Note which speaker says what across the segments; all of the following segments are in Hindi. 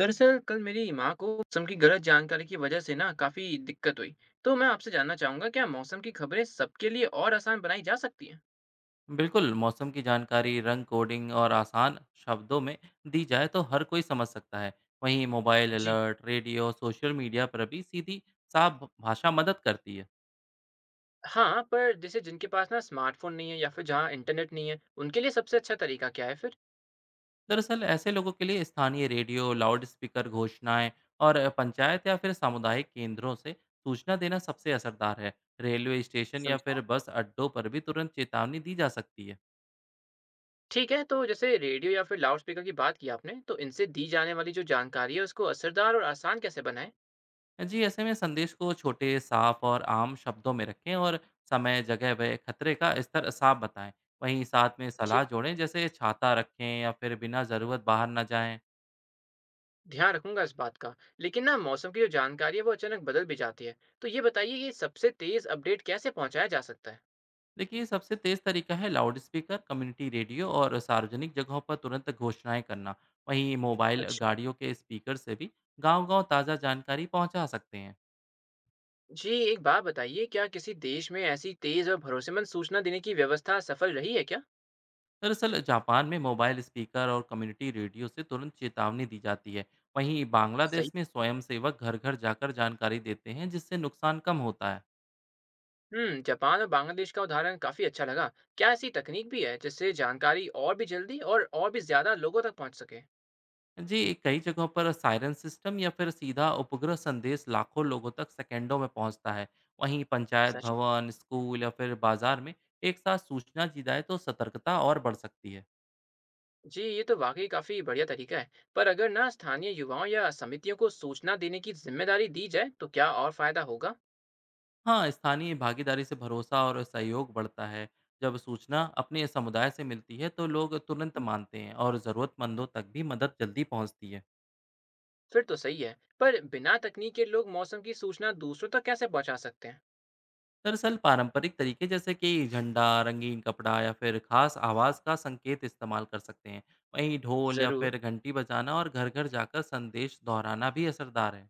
Speaker 1: दरअसल कल मेरी माँ को मौसम की गलत जानकारी की वजह से ना काफी दिक्कत हुई। तो मैं आपसे जानना चाहूंगा, क्या मौसम की खबरें सबके लिए और आसान बनाई जा सकती हैं।
Speaker 2: बिल्कुल। मौसम की जानकारी रंग कोडिंग और आसान शब्दों में दी जाए तो हर कोई समझ सकता है। वहीं मोबाइल
Speaker 1: जी।
Speaker 2: अलर्ट, रेडियो, सोशल मीडिया पर भी सीधी साफ भाषा मदद करती है।
Speaker 1: हाँ, पर जैसे जिनके पास ना स्मार्टफोन नहीं है या फिर जहाँ इंटरनेट नहीं है, उनके लिए सबसे अच्छा तरीका क्या है फिर।
Speaker 2: दरअसल ऐसे लोगों के लिए स्थानीय रेडियो, लाउड स्पीकर, घोषणाएं और पंचायत या फिर सामुदायिक केंद्रों से सूचना देना सबसे असरदार है। रेलवे स्टेशन या
Speaker 1: समझा।
Speaker 2: फिर बस अड्डों पर भी तुरंत चेतावनी दी जा सकती है।
Speaker 1: ठीक है, तो जैसे रेडियो या फिर लाउडस्पीकर की बात की आपने, तो इनसे दी जाने वाली जो जानकारी है उसको असरदार और आसान कैसे बनाएं।
Speaker 2: जी, ऐसे में संदेश को छोटे, साफ और आम शब्दों में रखें और समय, जगह व खतरे का स्तर साफ बताएं। वहीं साथ में सलाह
Speaker 1: ठीक।
Speaker 2: जोड़ें जैसे छाता रखें या फिर बिना ज़रूरत बाहर ना जाएं।
Speaker 1: ध्यान रखूंगा इस बात का। लेकिन ना मौसम की जो जानकारी है वो अचानक बदल भी जाती है, तो ये बताइए कि सबसे तेज अपडेट कैसे पहुंचाया जा सकता है।
Speaker 2: देखिए, सबसे तेज़ तरीका है लाउड स्पीकर, कम्युनिटी रेडियो और सार्वजनिक जगहों पर तुरंत घोषणाएं करना। वहीं मोबाइल
Speaker 1: अच्छा।
Speaker 2: गाड़ियों के स्पीकर से भी गांव-गांव ताज़ा जानकारी पहुंचा सकते हैं।
Speaker 1: जी, एक बात बताइए, क्या किसी देश में ऐसी तेज़ और भरोसेमंद सूचना देने की व्यवस्था सफल रही है क्या?
Speaker 2: दरअसल जापान में मोबाइल स्पीकर और कम्युनिटी रेडियो से तुरंत चेतावनी दी जाती है। वहीं बांग्लादेश
Speaker 1: सही।
Speaker 2: में स्वयंसेवक घर घर जाकर जानकारी देते हैं, जिससे नुकसान कम होता है।
Speaker 1: हुँ, जापान और बांग्लादेश का उदाहरण काफ़ी अच्छा लगा। क्या ऐसी तकनीक भी है, जिससे जानकारी और भी जल्दी और भी ज़्यादा लोगों तक पहुँच सके?
Speaker 2: जी, कई जगहों पर सायरन सिस्टम या फिर सीधा उपग्रह संदेश लाखों लोगों तक सेकेंडों में पहुंचता है। वहीं पंचायत
Speaker 1: सच।
Speaker 2: भवन, स्कूल या फिर बाजार में एक साथ सूचना दी जाए तो सतर्कता और बढ़ सकती है।
Speaker 1: जी, ये तो वाक़ई काफ़ी बढ़िया तरीका है। पर अगर ना स्थानीय युवाओं या समितियों को सूचना देने की ज़िम्मेदारी दी जाए, तो क्या और फ़ायदा होगा?
Speaker 2: हाँ, स्थानीय भागीदारी से भरोसा और सहयोग बढ़ता है। जब सूचना अपने समुदाय से मिलती है, तो लोग तुरंत मानते हैं और ज़रूरतमंदों तक भी मदद जल्दी पहुँचती है।
Speaker 1: फिर तो सही है। पर बिना तकनीक के लोग मौसम की सूचना दूसरों तक कैसे पहुँचा सकते हैं?
Speaker 2: दरअसल पारंपरिक तरीके जैसे कि झंडा, रंगीन कपड़ा या फिर खास आवाज़ का संकेत इस्तेमाल कर सकते हैं। वहीं ढोल या
Speaker 1: जरूर।
Speaker 2: फिर घंटी बजाना और घर-घर जाकर संदेश दोहराना भी असरदार है।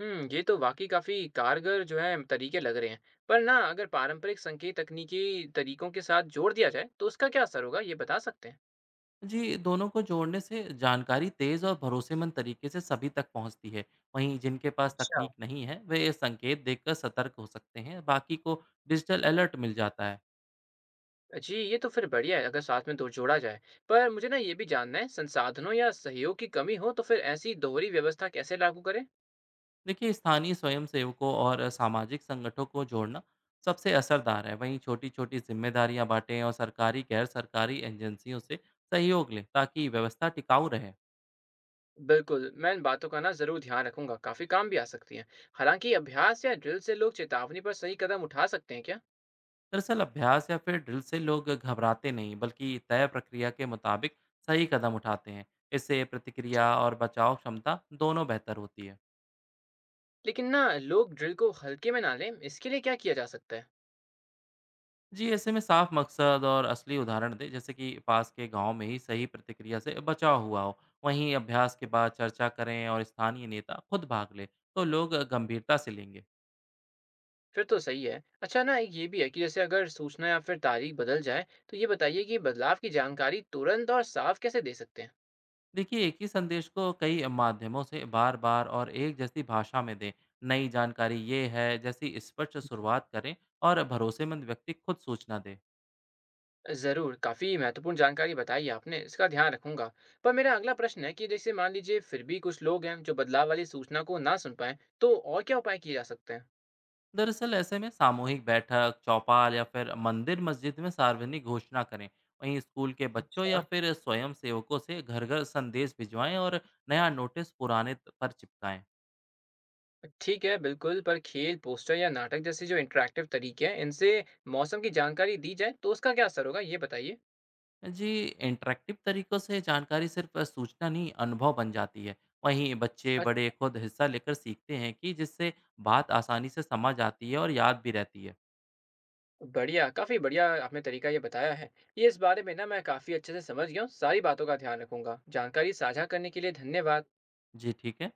Speaker 1: हुँ, ये तो वाक़ई काफ़ी कारगर जो है तरीके लग रहे हैं। पर ना अगर पारंपरिक संकेत तकनीकी तरीकों के साथ जोड़ दिया जाए, तो उसका क्या असर होगा? ये बता सकते हैं?
Speaker 2: जी, दोनों को जोड़ने से जानकारी तेज़ और भरोसेमंद तरीके से सभी तक पहुंचती है। वहीं जिनके पास
Speaker 1: अच्छा।
Speaker 2: तकनीक नहीं है, वे संकेत देखकर सतर्क हो सकते हैं, बाकी को डिजिटल अलर्ट मिल जाता है।
Speaker 1: जी, ये तो फिर बढ़िया है अगर साथ में दो जोड़ा जाए। पर मुझे ना ये भी जानना है, संसाधनों या सहयोग की कमी हो तो फिर ऐसी दोहरी व्यवस्था कैसे लागू करें?
Speaker 2: देखिए, स्थानीय स्वयंसेवकों और सामाजिक संगठनों को जोड़ना सबसे असरदार है। वहीं छोटी-छोटी जिम्मेदारियां बांटें और सरकारी, गैर-सरकारी एजेंसियों से सहयोग लें, ताकि व्यवस्था टिकाऊ रहे।
Speaker 1: बिल्कुल, मैं इन बातों का ना ज़रूर ध्यान रखूँगा, काफ़ी काम भी आ सकती हैं। हालाँकि अभ्यास या ड्रिल से लोग चेतावनी पर सही कदम उठा सकते हैं क्या?
Speaker 2: दरअसल अभ्यास या फिर ड्रिल से लोग घबराते नहीं, बल्कि तय प्रक्रिया के मुताबिक सही कदम उठाते हैं। इससे प्रतिक्रिया और बचाव क्षमता दोनों बेहतर होती है।
Speaker 1: लेकिन ना लोग ड्रिल को हल्के में ना लें, इसके लिए क्या किया जा सकता है?
Speaker 2: जी, ऐसे में साफ मकसद और असली उदाहरण दें जैसे कि पास के गांव में ही सही प्रतिक्रिया से बचाव हुआ हो। वहीं अभ्यास के बाद चर्चा करें और स्थानीय नेता खुद भाग ले तो लोग गंभीरता से लेंगे।
Speaker 1: फिर तो सही है। अच्छा, ना एक ये भी है कि जैसे अगर सूचना या फिर तारीख बदल जाए, तो ये बताइए कि बदलाव की जानकारी तुरंत और साफ कैसे दे सकते हैं?
Speaker 2: देखिए, एक ही संदेश को कई माध्यमों से बार बार और एक जैसी भाषा में दें। नई जानकारी ये है जैसी स्पष्ट शुरुआत करें और भरोसेमंद व्यक्ति खुद सूचना दे।
Speaker 1: ज़रूर, काफ़ी महत्वपूर्ण जानकारी बताई है आपने, इसका ध्यान रखूंगा। पर मेरा अगला प्रश्न है कि जैसे मान लीजिए फिर भी कुछ लोग हैं जो बदलाव वाली सूचना को ना सुन पाएं, तो और क्या उपाय किए जा सकते हैं?
Speaker 2: दरअसल ऐसे में सामूहिक बैठक, चौपाल या फिर मंदिर, मस्जिद में सार्वजनिक घोषणा करें। वहीं स्कूल के बच्चों या
Speaker 1: अच्छा।
Speaker 2: फिर स्वयं सेवकों से घर घर संदेश भिजवाएं और नया नोटिस पुराने पर चिपकाएं।
Speaker 1: ठीक है, बिल्कुल, पर खेल, पोस्टर या नाटक जैसे जो इंटरेक्टिव तरीके हैं, इनसे मौसम की जानकारी दी जाए, तो उसका क्या असर होगा? ये बताइए।
Speaker 2: जी, इंटरैक्टिव तरीकों से जानकारी सिर्फ सूचना नहीं, अनुभव बन जाती है। वहीं बच्चे बड़े खुद हिस्सा लेकर सीखते हैं, कि जिससे बात आसानी से समझ आती है और याद भी रहती है।
Speaker 1: बढ़िया, काफ़ी बढ़िया आपने तरीका ये बताया है। ये इस बारे में ना मैं काफ़ी अच्छे से समझ गया हूँ, सारी बातों का ध्यान रखूँगा। जानकारी साझा करने के लिए धन्यवाद।
Speaker 2: जी, ठीक है।